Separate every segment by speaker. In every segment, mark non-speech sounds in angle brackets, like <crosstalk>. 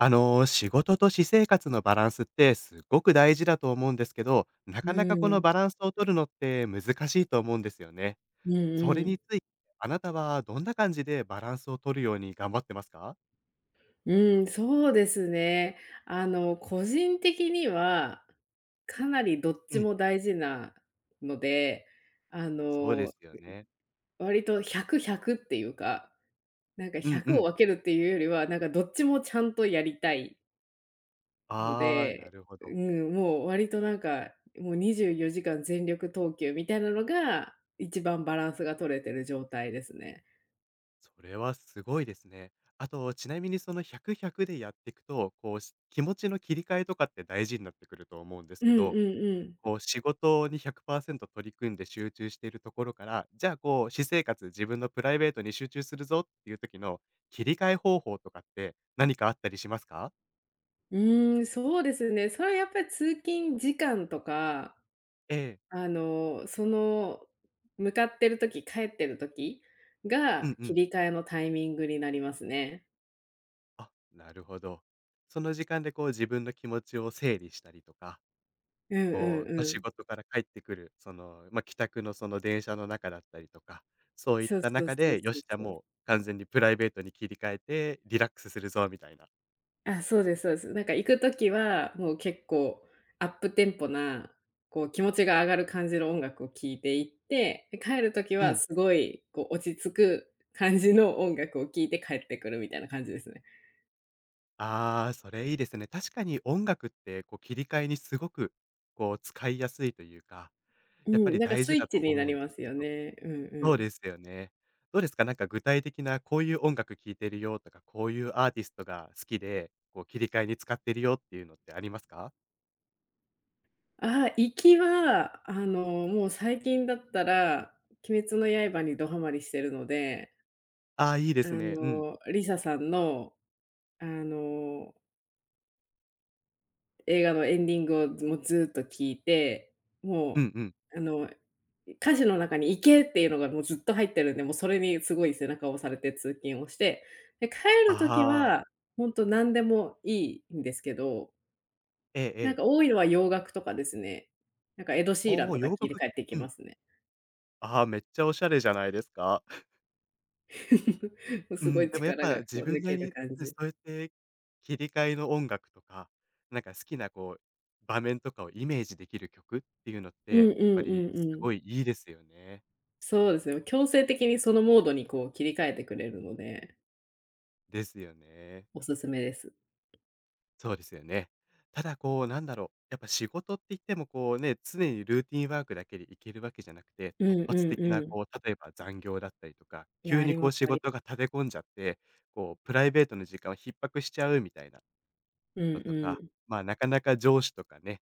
Speaker 1: 仕事と私生活のバランスってすっごく大事だと思うんですけど、な
Speaker 2: う
Speaker 1: かなかこの
Speaker 2: ん、
Speaker 1: バランスを取るのって難しいと思うんですよね。
Speaker 2: うん
Speaker 1: それ
Speaker 2: う
Speaker 1: に
Speaker 2: ん。
Speaker 1: ついて、あなたはどんな感じでバランスを取るように頑張ってますか？
Speaker 2: うん、そうですね。個人的には、かなりどっ
Speaker 1: う
Speaker 2: ち
Speaker 1: ん、
Speaker 2: も大事なので、あ
Speaker 1: そうで
Speaker 2: の、
Speaker 1: すよね。
Speaker 2: 割と100、100っていうか、なんか
Speaker 1: うんう
Speaker 2: 100を
Speaker 1: ん。
Speaker 2: 分けるっていうよりは、なんかどっちもちゃんとやりたいの
Speaker 1: あー、な
Speaker 2: で、
Speaker 1: るほど。
Speaker 2: うん、もう割となんか、もう24時間全力投球みたいなのが、一番バランスが取れてる状態ですね。
Speaker 1: それはすごいですね。あと、ちなみにその100、100でやっていくと、こう、気持ちの切り替えとかって大事になってくると思うんです
Speaker 2: うん
Speaker 1: け
Speaker 2: うん
Speaker 1: ど、
Speaker 2: うん。
Speaker 1: こう仕事に100%取り組んで集中しているところから、じゃあこう私生活、自分のプライベートに集中するぞっていう時の切り替え方法とかって何かあったりしますか？
Speaker 2: うーん、そうですね。それはやっぱり通勤時間とか、
Speaker 1: ええ。
Speaker 2: あの、その、向かってる時、帰ってる時
Speaker 1: う
Speaker 2: が
Speaker 1: んう
Speaker 2: 切
Speaker 1: ん。
Speaker 2: り替えのタイミングになりますね。
Speaker 1: あ、なるほど。その時間でこう自分の気持ちを整理したりとか、
Speaker 2: うんうん
Speaker 1: こう、まあ、
Speaker 2: う
Speaker 1: 仕
Speaker 2: ん。
Speaker 1: 事から帰ってくる、その、まあ、帰宅のその電車の中だったりとか、そういっ
Speaker 2: そう
Speaker 1: た
Speaker 2: そう
Speaker 1: 中
Speaker 2: そう
Speaker 1: で、よ
Speaker 2: そ
Speaker 1: し、
Speaker 2: う
Speaker 1: じゃあ
Speaker 2: そう。
Speaker 1: もう完全にプライベートに切り替えてリラックスするぞみたいな。
Speaker 2: あ、そうですそうです。なんか行く時は、もう結構アップテンポな、こう気持ちが上がる感じの音楽を聴いていって、で、帰る時
Speaker 1: う
Speaker 2: は
Speaker 1: ん。
Speaker 2: すごいこう落ち着く感じの音楽を聴いて帰ってくるみたいな感じですね。
Speaker 1: ああ、それいいですね。確かに音楽って、こう、切り替えにすごく、こう、使いやすいというか、
Speaker 2: う
Speaker 1: やっぱ
Speaker 2: ん、
Speaker 1: り
Speaker 2: なんか
Speaker 1: 大
Speaker 2: ス
Speaker 1: 事
Speaker 2: イ
Speaker 1: だ
Speaker 2: ッ
Speaker 1: と
Speaker 2: チにな
Speaker 1: 思う
Speaker 2: り
Speaker 1: ん
Speaker 2: ま
Speaker 1: です
Speaker 2: す
Speaker 1: け
Speaker 2: よ
Speaker 1: ど。
Speaker 2: ね。うんう
Speaker 1: そう
Speaker 2: ん。
Speaker 1: ですよね。どうですか？なんか具体的なこういう音楽聴いてるよとか、こういうアーティストが好きで、こう、切り替えに使ってるよっていうのってありますか？
Speaker 2: ああ、行きは、もう最近だったら、鬼滅の刃にどハマりしてるので、
Speaker 1: ああー、いいですね。うん。
Speaker 2: リサさんの、あの、映画のエンディングをもうずっと聞いて、
Speaker 1: う
Speaker 2: も
Speaker 1: んうん。
Speaker 2: う、歌詞の中に行けっていうのがもうずっと入ってるんで、もうそれにすごい背中を押されて通勤をして、で、帰る時
Speaker 1: ああ。
Speaker 2: は、本当何でもいいんですけど
Speaker 1: ええ
Speaker 2: なん
Speaker 1: ええ。
Speaker 2: か多いのは洋楽とかですね。なんかエド・シーラ
Speaker 1: お
Speaker 2: ン
Speaker 1: お、
Speaker 2: とか聞
Speaker 1: 洋
Speaker 2: いて
Speaker 1: 楽、
Speaker 2: 帰ってき
Speaker 1: うん。
Speaker 2: ますね。
Speaker 1: ああ、めっちゃおしゃれじゃないですか。
Speaker 2: <laughs> もう
Speaker 1: う
Speaker 2: すご
Speaker 1: ん、
Speaker 2: い
Speaker 1: でもやっ
Speaker 2: 力
Speaker 1: ぱ
Speaker 2: がこ
Speaker 1: 自
Speaker 2: う
Speaker 1: 分
Speaker 2: 抜
Speaker 1: なり
Speaker 2: ける
Speaker 1: に、
Speaker 2: 感
Speaker 1: うん、そ
Speaker 2: じ。
Speaker 1: うやって切り替えの音楽とか、なんか好きなこう、場面とかをイメージできる曲っていうのっ
Speaker 2: うん
Speaker 1: て、
Speaker 2: うんうん
Speaker 1: やっぱり
Speaker 2: う
Speaker 1: す
Speaker 2: ん。
Speaker 1: ごいいいですよね。
Speaker 2: そうですね、強制的にそのモードにこう切り替えてくれるので、
Speaker 1: ですよね。
Speaker 2: おすすめです。
Speaker 1: そうですよね。ただこう、なんだろう、やっぱ仕事って言ってもこうね、常にルーティンワークだけでいけるわけじゃなくて、
Speaker 2: う
Speaker 1: 突
Speaker 2: んう
Speaker 1: 発
Speaker 2: ん
Speaker 1: 的
Speaker 2: う
Speaker 1: な
Speaker 2: ん。
Speaker 1: こう、例えば残業だったりとか、
Speaker 2: いや、
Speaker 1: 急
Speaker 2: あ
Speaker 1: に
Speaker 2: り
Speaker 1: こ
Speaker 2: ま
Speaker 1: う
Speaker 2: す、
Speaker 1: 仕事が立て込んじゃって、こう、プライベートの時間を逼迫しちゃうみたいな
Speaker 2: う
Speaker 1: の
Speaker 2: ん
Speaker 1: と
Speaker 2: う
Speaker 1: か、
Speaker 2: ん。
Speaker 1: まあ、なかなか上司とかね、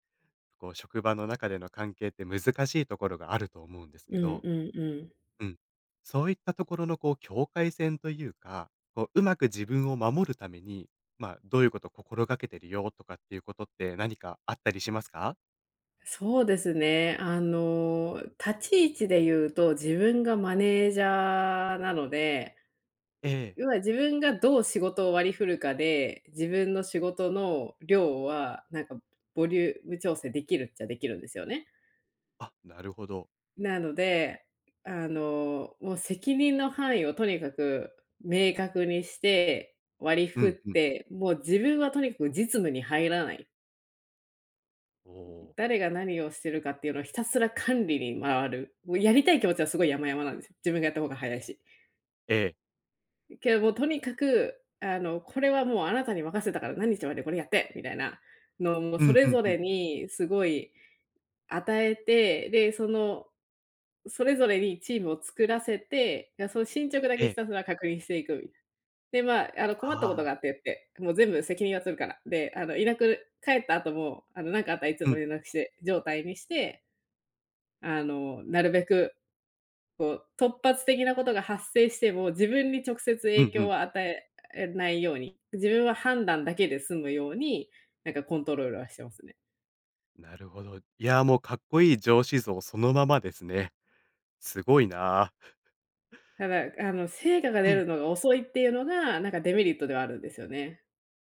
Speaker 1: こう職場の中での関係って難しいところがあると思うんです
Speaker 2: う
Speaker 1: け
Speaker 2: ん
Speaker 1: ど、
Speaker 2: うんうん。
Speaker 1: うん。そういったところのこう境界線というか、こううまく自分を守るために、まあ、どういうことを心がけてるよとかっていうことって何かあったりしますか？
Speaker 2: そうですね、立ち位置で言うと、自分がマネージャーなので
Speaker 1: ええ。
Speaker 2: 要は自分がどう仕事を割り振るかで、自分の仕事の量は、なんかボリューム調整できるっちゃできるんですよね。
Speaker 1: あ、なるほど。
Speaker 2: なので、もう責任の範囲をとにかく明確にして、割り
Speaker 1: う
Speaker 2: 振っ
Speaker 1: んうん。
Speaker 2: て、もう自分はとにかく実務に入らない。
Speaker 1: おお。
Speaker 2: 誰が何をしてるかっていうのをひたすら管理に回る。もうやりたい気持ちはすごい山々なんですよ。自分がやった方が早いし。
Speaker 1: ええ。
Speaker 2: けどもうとにかく、これはもうあなたに任せたから何日までこれやってみたいなのを、もう
Speaker 1: う
Speaker 2: そ
Speaker 1: んう
Speaker 2: れ
Speaker 1: ん
Speaker 2: ぞ
Speaker 1: うん。
Speaker 2: れにすごい与えて、で、それぞれにチームを作らせて、いや、その進捗だ
Speaker 1: え
Speaker 2: けひ
Speaker 1: え。
Speaker 2: たすら確認していくみたいな。で、まあ、困ったこ
Speaker 1: あ
Speaker 2: とが
Speaker 1: あ。
Speaker 2: あってって、もう全部責任は取るから。で、いなく帰った後も、なんかあったらいつ
Speaker 1: う
Speaker 2: も
Speaker 1: ん。
Speaker 2: 連絡して、状態にして、なるべくこう、突発的なことが発生しても、自分に直接
Speaker 1: う
Speaker 2: 影
Speaker 1: んう
Speaker 2: 響
Speaker 1: ん。
Speaker 2: を与えないように、自分は判断だけで済むように、なんかコントロールはしてますね。
Speaker 1: なるほど。いやー、もうかっこいい上司像そのままですね。すごいなー。
Speaker 2: ただ、成果が
Speaker 1: う
Speaker 2: 出
Speaker 1: ん。
Speaker 2: るのが遅いっていうのが、なんかデメリットではあるんですよね。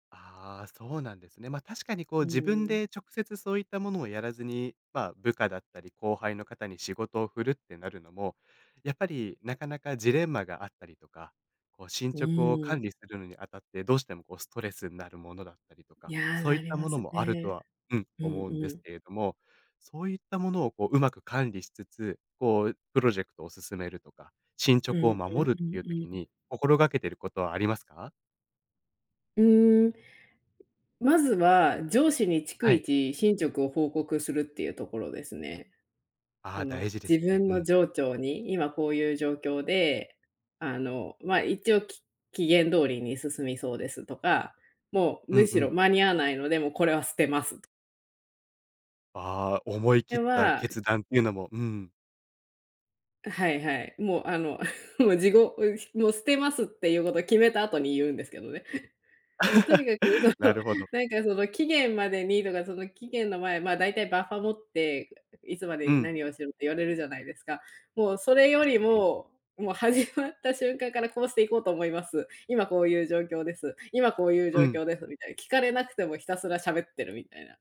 Speaker 1: ああ、そうなんですね。ま、確かにこう
Speaker 2: う
Speaker 1: 自分
Speaker 2: ー
Speaker 1: で
Speaker 2: ん。
Speaker 1: 直接そういったものをやらずに、ま、部下だったり後輩の方に仕事を振るってなるのも、やっぱりなかなかジレンマがあったりとか、こう進
Speaker 2: う
Speaker 1: 捗を
Speaker 2: ー
Speaker 1: 管
Speaker 2: ん。
Speaker 1: 理するのにあたって、どうしてもこうストレスになるものだったりと
Speaker 2: い
Speaker 1: か、
Speaker 2: や、
Speaker 1: そういっ
Speaker 2: なり
Speaker 1: た
Speaker 2: ま
Speaker 1: もの
Speaker 2: す
Speaker 1: もあると
Speaker 2: ね。
Speaker 1: は、うん、
Speaker 2: うん
Speaker 1: 思うんで
Speaker 2: う
Speaker 1: す
Speaker 2: ん。
Speaker 1: けれども、そういったものをこううまく管理しつつ、こうプロジェクトを進めるとか、進
Speaker 2: う
Speaker 1: 捗
Speaker 2: ん
Speaker 1: を
Speaker 2: うん
Speaker 1: 守るっていう時
Speaker 2: うん
Speaker 1: に心がけてることはありますか？
Speaker 2: うん。うーん、まずは上司に逐
Speaker 1: はい。
Speaker 2: 一進捗を報告するっていうところですね。
Speaker 1: あ
Speaker 2: こ
Speaker 1: あ、
Speaker 2: の
Speaker 1: 大事です
Speaker 2: 自
Speaker 1: ね。
Speaker 2: 分
Speaker 1: う
Speaker 2: の
Speaker 1: ん。
Speaker 2: 情緒に、今こういう状況で、まあ、一応期限通りに進みそうですとか、もう
Speaker 1: う
Speaker 2: む
Speaker 1: んう
Speaker 2: しろ
Speaker 1: ん。
Speaker 2: 間に合わないので、もうこれは捨てますと。
Speaker 1: ああ、思い切
Speaker 2: で
Speaker 1: った
Speaker 2: は
Speaker 1: 決断っていうのも、うん。
Speaker 2: はいはい、もう<laughs> もう後もう捨てますっていうことを決めた後に言うんですけどね。もうとにかく、そ
Speaker 1: <laughs> な
Speaker 2: う、
Speaker 1: るほど。
Speaker 2: なんかその期限までにとか、その期限の前、まあ、大体バッファ持って、いつまで
Speaker 1: う
Speaker 2: に
Speaker 1: ん。
Speaker 2: 何をしろって言われるじゃないですか。もうそれ
Speaker 1: で
Speaker 2: よ
Speaker 1: す
Speaker 2: り
Speaker 1: ね。
Speaker 2: も、もう始まった瞬間からこうしていこうと思います。今こういう状況です。今こういう
Speaker 1: う
Speaker 2: 状
Speaker 1: ん。
Speaker 2: 況ですみたいな。聞かれなくてもひたすら喋ってるみたいな。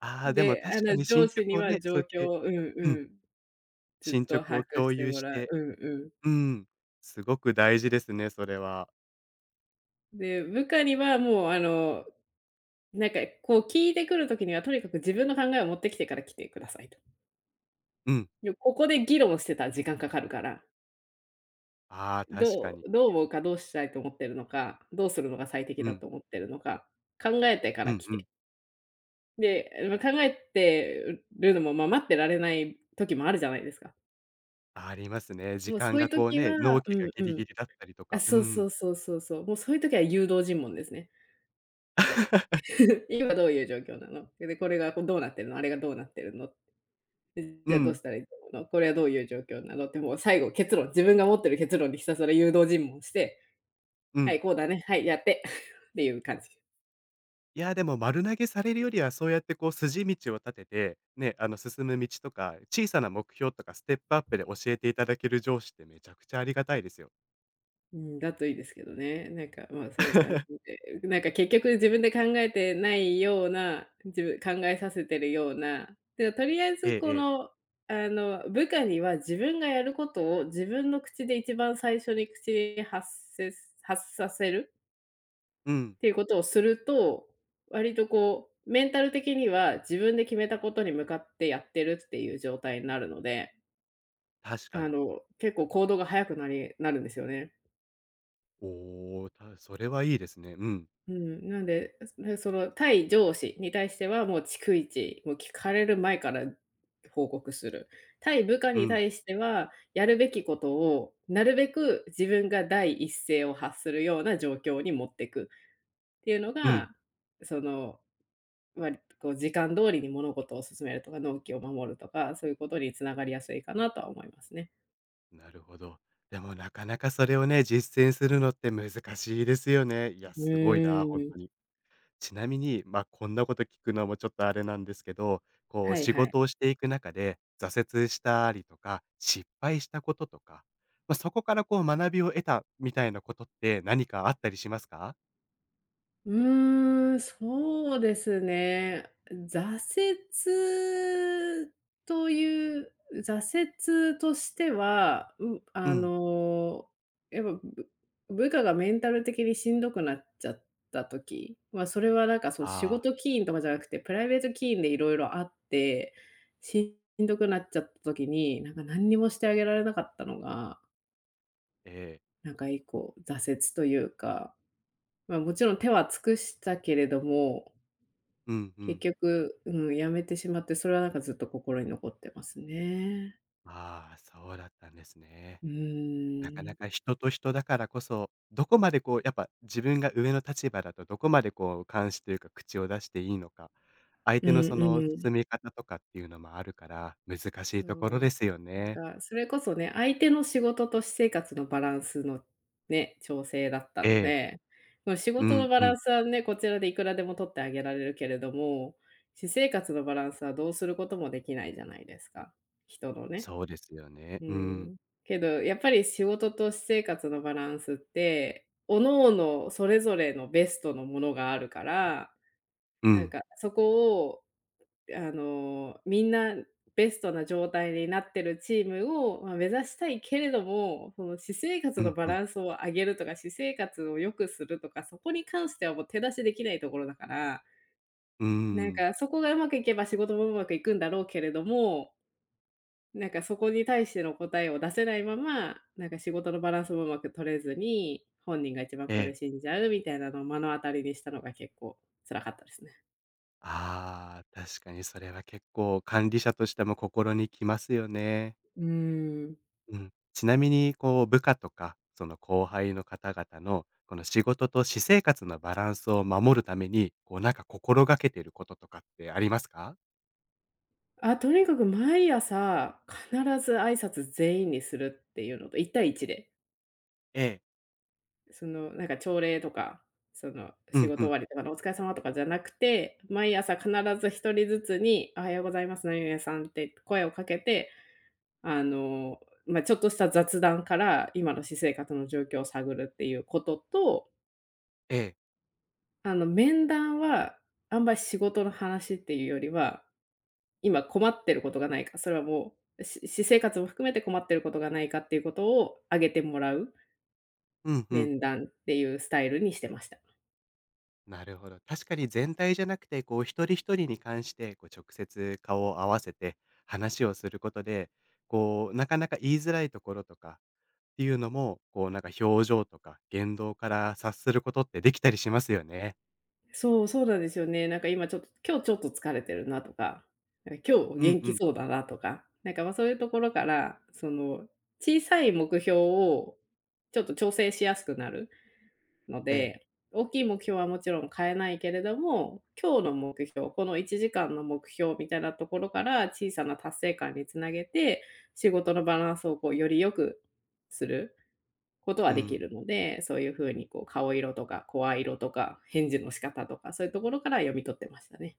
Speaker 1: ああ、でも
Speaker 2: で、
Speaker 1: 確かに
Speaker 2: 上
Speaker 1: 進捗
Speaker 2: 司に
Speaker 1: を
Speaker 2: は
Speaker 1: ね、
Speaker 2: 状
Speaker 1: そうやっ
Speaker 2: 況
Speaker 1: て
Speaker 2: をうん
Speaker 1: うん、
Speaker 2: うん、ずっ
Speaker 1: 進
Speaker 2: と
Speaker 1: 捗
Speaker 2: 把
Speaker 1: を
Speaker 2: 握
Speaker 1: 共
Speaker 2: して
Speaker 1: 有
Speaker 2: も
Speaker 1: し
Speaker 2: らう。
Speaker 1: て、
Speaker 2: うんうん。
Speaker 1: うん、すごく大事ですね、それは。
Speaker 2: で、部下にはもうなんか、こう聞いてくる時には、とにかく自分の考えを持ってきてから来てくださいと。
Speaker 1: うん。
Speaker 2: ここで議論してたら時間かかるから、
Speaker 1: ああ、確かに。
Speaker 2: どう思うか、どうしたいと思ってるのか、どうするのが最適
Speaker 1: う
Speaker 2: だ
Speaker 1: ん。
Speaker 2: と思ってるのか、考えてか
Speaker 1: う
Speaker 2: ら
Speaker 1: ん
Speaker 2: 来
Speaker 1: うん。
Speaker 2: て。で、ま、考えてるのも、ま、待ってられない時もあるじゃないですか。
Speaker 1: ありますね。時
Speaker 2: もう
Speaker 1: 間
Speaker 2: そうい
Speaker 1: が
Speaker 2: う
Speaker 1: こう
Speaker 2: 時
Speaker 1: ね、納
Speaker 2: はう
Speaker 1: 期が
Speaker 2: ん
Speaker 1: ギ
Speaker 2: う
Speaker 1: リギ
Speaker 2: ん。
Speaker 1: リだったりと
Speaker 2: あ、
Speaker 1: か、う
Speaker 2: そうそ
Speaker 1: ん。
Speaker 2: うそうそうそう。もうそういう時は誘導尋問ですね。
Speaker 1: <laughs>
Speaker 2: <laughs> 今どういう状況なの？で、これがこうどうなってるの？あれがどうなってるの？
Speaker 1: う
Speaker 2: じゃあどう
Speaker 1: ん、
Speaker 2: したらいいと思うの、これはどういう状況なのってもう最後結論、自分が持ってる結論にひたすら誘導尋問して、
Speaker 1: う
Speaker 2: は
Speaker 1: ん。
Speaker 2: い、こうだね、はい、やって <laughs>、っていう感じ。
Speaker 1: いやー、でも丸投げされるよりは、そうやってこう筋道を立てて、ね、あの進む道とか、小さな目標とかステップアップで教えていただける上司ってめちゃくちゃありがたいですよ。
Speaker 2: うん、だといいですけどね。なんか、まあ、そういう感じで、なんか結局自分で考えてないような、自分考えさせてるような、で、とりあえ
Speaker 1: え
Speaker 2: ず
Speaker 1: え
Speaker 2: こ
Speaker 1: ええ。
Speaker 2: の、部下には自分がやることを自分の口で一番最初に口にせ発させる
Speaker 1: うん、
Speaker 2: っていうことをすると、割とこう、メンタル的には自分で決めたことに向かってやってるっていう状態になるので、
Speaker 1: 確かに。
Speaker 2: 結構行動が早くなるんですよね。
Speaker 1: おお、それはいいですね。うん、
Speaker 2: うん、なんで、ね、その対上司に対してはもう逐一、もう聞かれる前から報告する。対部下
Speaker 1: う
Speaker 2: に
Speaker 1: ん、
Speaker 2: 対しては、やるべきことをなるべく自分が第一声を発するような状況に持っていくっていうの
Speaker 1: うん。
Speaker 2: が、その割とこう時間通りに物事を進めるとか、納期を守るとか、そういうことに繋がりやすいかなとは思いますね。
Speaker 1: なるほど。でもなかなかそれをね、実践するのって難しいですよね。いや、
Speaker 2: う
Speaker 1: すごいな、本
Speaker 2: ーん。
Speaker 1: 当に。ちなみに、まあ、こんなこと聞くのもちょっとあれなんですけど、こう
Speaker 2: はい
Speaker 1: 仕
Speaker 2: はい。
Speaker 1: 事をしていく中で、挫折したりとか、失敗したこととか、まあ、そこからこう学びを得たみたいなことって何かあったりしますか？
Speaker 2: うーん、そうですね。折という、挫折としては、う
Speaker 1: う
Speaker 2: あ
Speaker 1: ん。
Speaker 2: の、やっぱ、部下がメンタル的にしんどくなっちゃった時、まあ、それはなんかその仕
Speaker 1: ああ、
Speaker 2: 事起因とかじゃなくて、プライベート起因でいろいろあって、しんどくなっちゃった時に、なんか何にもしてあげられなかったのが、
Speaker 1: ええ。
Speaker 2: なんか一個挫折というか、まあ、もちろん手は尽くしたけれども
Speaker 1: うんう
Speaker 2: 結
Speaker 1: ん。
Speaker 2: 局、うん、やめてしまって、それはなんかずっと心に残ってますね。
Speaker 1: ああ、そうだったんですね。
Speaker 2: う
Speaker 1: なか
Speaker 2: ー
Speaker 1: な
Speaker 2: ん。
Speaker 1: か人と人だからこそ、どこまでこう、やっぱ自分が上の立場だとどこまでこう、監視というか口を出していいのか、相
Speaker 2: う
Speaker 1: 手の
Speaker 2: ん
Speaker 1: その
Speaker 2: うん。
Speaker 1: 進み方とかっていうのもあるから、難しいところ
Speaker 2: そ
Speaker 1: で
Speaker 2: う。
Speaker 1: すよ
Speaker 2: なん
Speaker 1: ね。
Speaker 2: かそれこそね、相手の仕事と私生活のバランスのね、調整だった
Speaker 1: え
Speaker 2: の
Speaker 1: え。
Speaker 2: で、もう仕
Speaker 1: う
Speaker 2: 事の
Speaker 1: ん
Speaker 2: バ
Speaker 1: う
Speaker 2: ラ
Speaker 1: ん。
Speaker 2: ンスはね、こちらでいくらでも取ってあげられるけれども、私生活のバランスはどうすることもできないじゃないですか、人のね。
Speaker 1: そうですよね。
Speaker 2: う
Speaker 1: うん。
Speaker 2: ん。けど、やっぱり仕事と私生活のバランスって、各々それぞれのベストのものがあるから、
Speaker 1: う
Speaker 2: なん
Speaker 1: ん。
Speaker 2: かそこを、みんなベストな状態になってるチームを、まあ、目指したいけれども、その私生活
Speaker 1: う
Speaker 2: の
Speaker 1: ん
Speaker 2: バ
Speaker 1: うん。
Speaker 2: ランスを上げるとか、私生活を良くするとか、そこに関してはもう手出しできないところだから、
Speaker 1: うー
Speaker 2: なん
Speaker 1: ん。
Speaker 2: かそこがうまくいけば仕事もうまくいくんだろうけれども、なんかそこに対しての答えを出せないまま、なんか仕事のバランスもうまく取れずに、本人が一番
Speaker 1: ええ。
Speaker 2: 苦しんじゃうみたいなのを目の当たりにしたのが結構辛かったですね。
Speaker 1: ああ、確かにそれは結構管理者としても心にきますよね。
Speaker 2: うーん。
Speaker 1: うん。ちなみに、こう、部下とか、その後輩の方々の、この仕事と私生活のバランスを守るために、こう、なんか心がけていることとかってありますか？
Speaker 2: あ、とにかく毎朝、必ず挨拶全員にするっていうのと、一対一で、
Speaker 1: ええ。
Speaker 2: その、なんか朝礼とか、その、
Speaker 1: う
Speaker 2: 仕
Speaker 1: んう
Speaker 2: 事終
Speaker 1: ん。
Speaker 2: わりとかのお疲れ様とかじゃなくて、毎朝必ず一人ずつに、おはようございます、何々さんって声をかけて、あの、まあ、ちょっとした雑談から、今の私生活の状況を探るっていうことと、
Speaker 1: ええ。
Speaker 2: 面談は、あんまり仕事の話っていうよりは、今困ってることがないか、それはもう、私生活も含めて困ってることがないかっていうことを挙げてもらう
Speaker 1: うんうん。
Speaker 2: 面談っていうスタイルにしてました。
Speaker 1: なるほど。確かに全体じゃなくて、こう、一人一人に関して、こう、直接顔を合わせて話をすることで、こう、なかなか言いづらいところとかっていうのも、こう、なんか表情とか言動から察することってできたりしますよね。
Speaker 2: そう、そうなんですよね。なんか今ちょっと、今日ちょっと疲れてるなとか、なんか今日
Speaker 1: うん
Speaker 2: 元
Speaker 1: う
Speaker 2: 気
Speaker 1: ん。
Speaker 2: そうだなとか、なんかま、そういうところから、その、小さい目標をちょっと調整しやすくなるの
Speaker 1: ええ。
Speaker 2: で、大きい目標はもちろん変えないけれども、今日の目標、この1時間の目標みたいなところから小さな達成感につなげて、仕事のバランスをこうより良くする、こと
Speaker 1: う
Speaker 2: はでき
Speaker 1: ん。
Speaker 2: るので、そういう風にこう顔色とか声色とか、返事の仕方とか、そういうところから読み取ってましたね。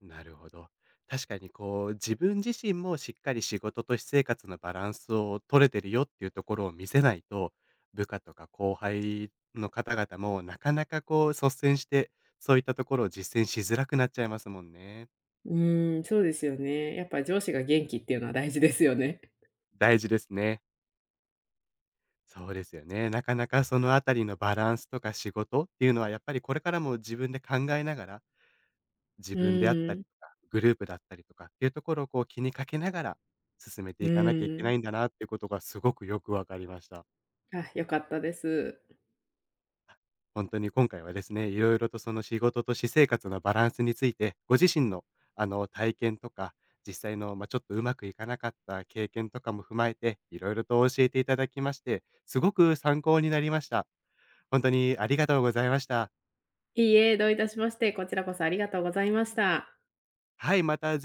Speaker 1: なるほど。確かにこう、自分自身もしっかり仕事と私生活のバランスを取れてるよっていうところを見せないと、部下とか後輩の方々もなかなかこう率先して、そういったところを実践しづらくなっちゃいますもんね。
Speaker 2: うーん、そうですよね。やっぱ上司が元気っていうのは大事ですよね。
Speaker 1: 大事ですね。そうですよね。なかなかそのあたりのバランスとか仕事っていうのはやっぱりこれからも自分で考えながら自
Speaker 2: う
Speaker 1: 分であった
Speaker 2: ー
Speaker 1: り
Speaker 2: ん、
Speaker 1: とか、グループだったりとかっていうところをこう気にかけながら、進めて
Speaker 2: う
Speaker 1: いかなきゃい
Speaker 2: ー
Speaker 1: けな
Speaker 2: ん。
Speaker 1: いんだなっていうことがすごくよくわかりました。
Speaker 2: あ、良かったです。
Speaker 1: 本当に今回はですね、色々とその仕事と私生活のバランスについて、ご自身のあの体験とか、実際の、まあ、ちょっとうまくいかなかった経験とかも踏まえて、色々と教えていただきまして、すごく参考になりました。本当にありがとうございました。
Speaker 2: いいえ、どういたしまして、こちらこそありがとうございました。
Speaker 1: はい、また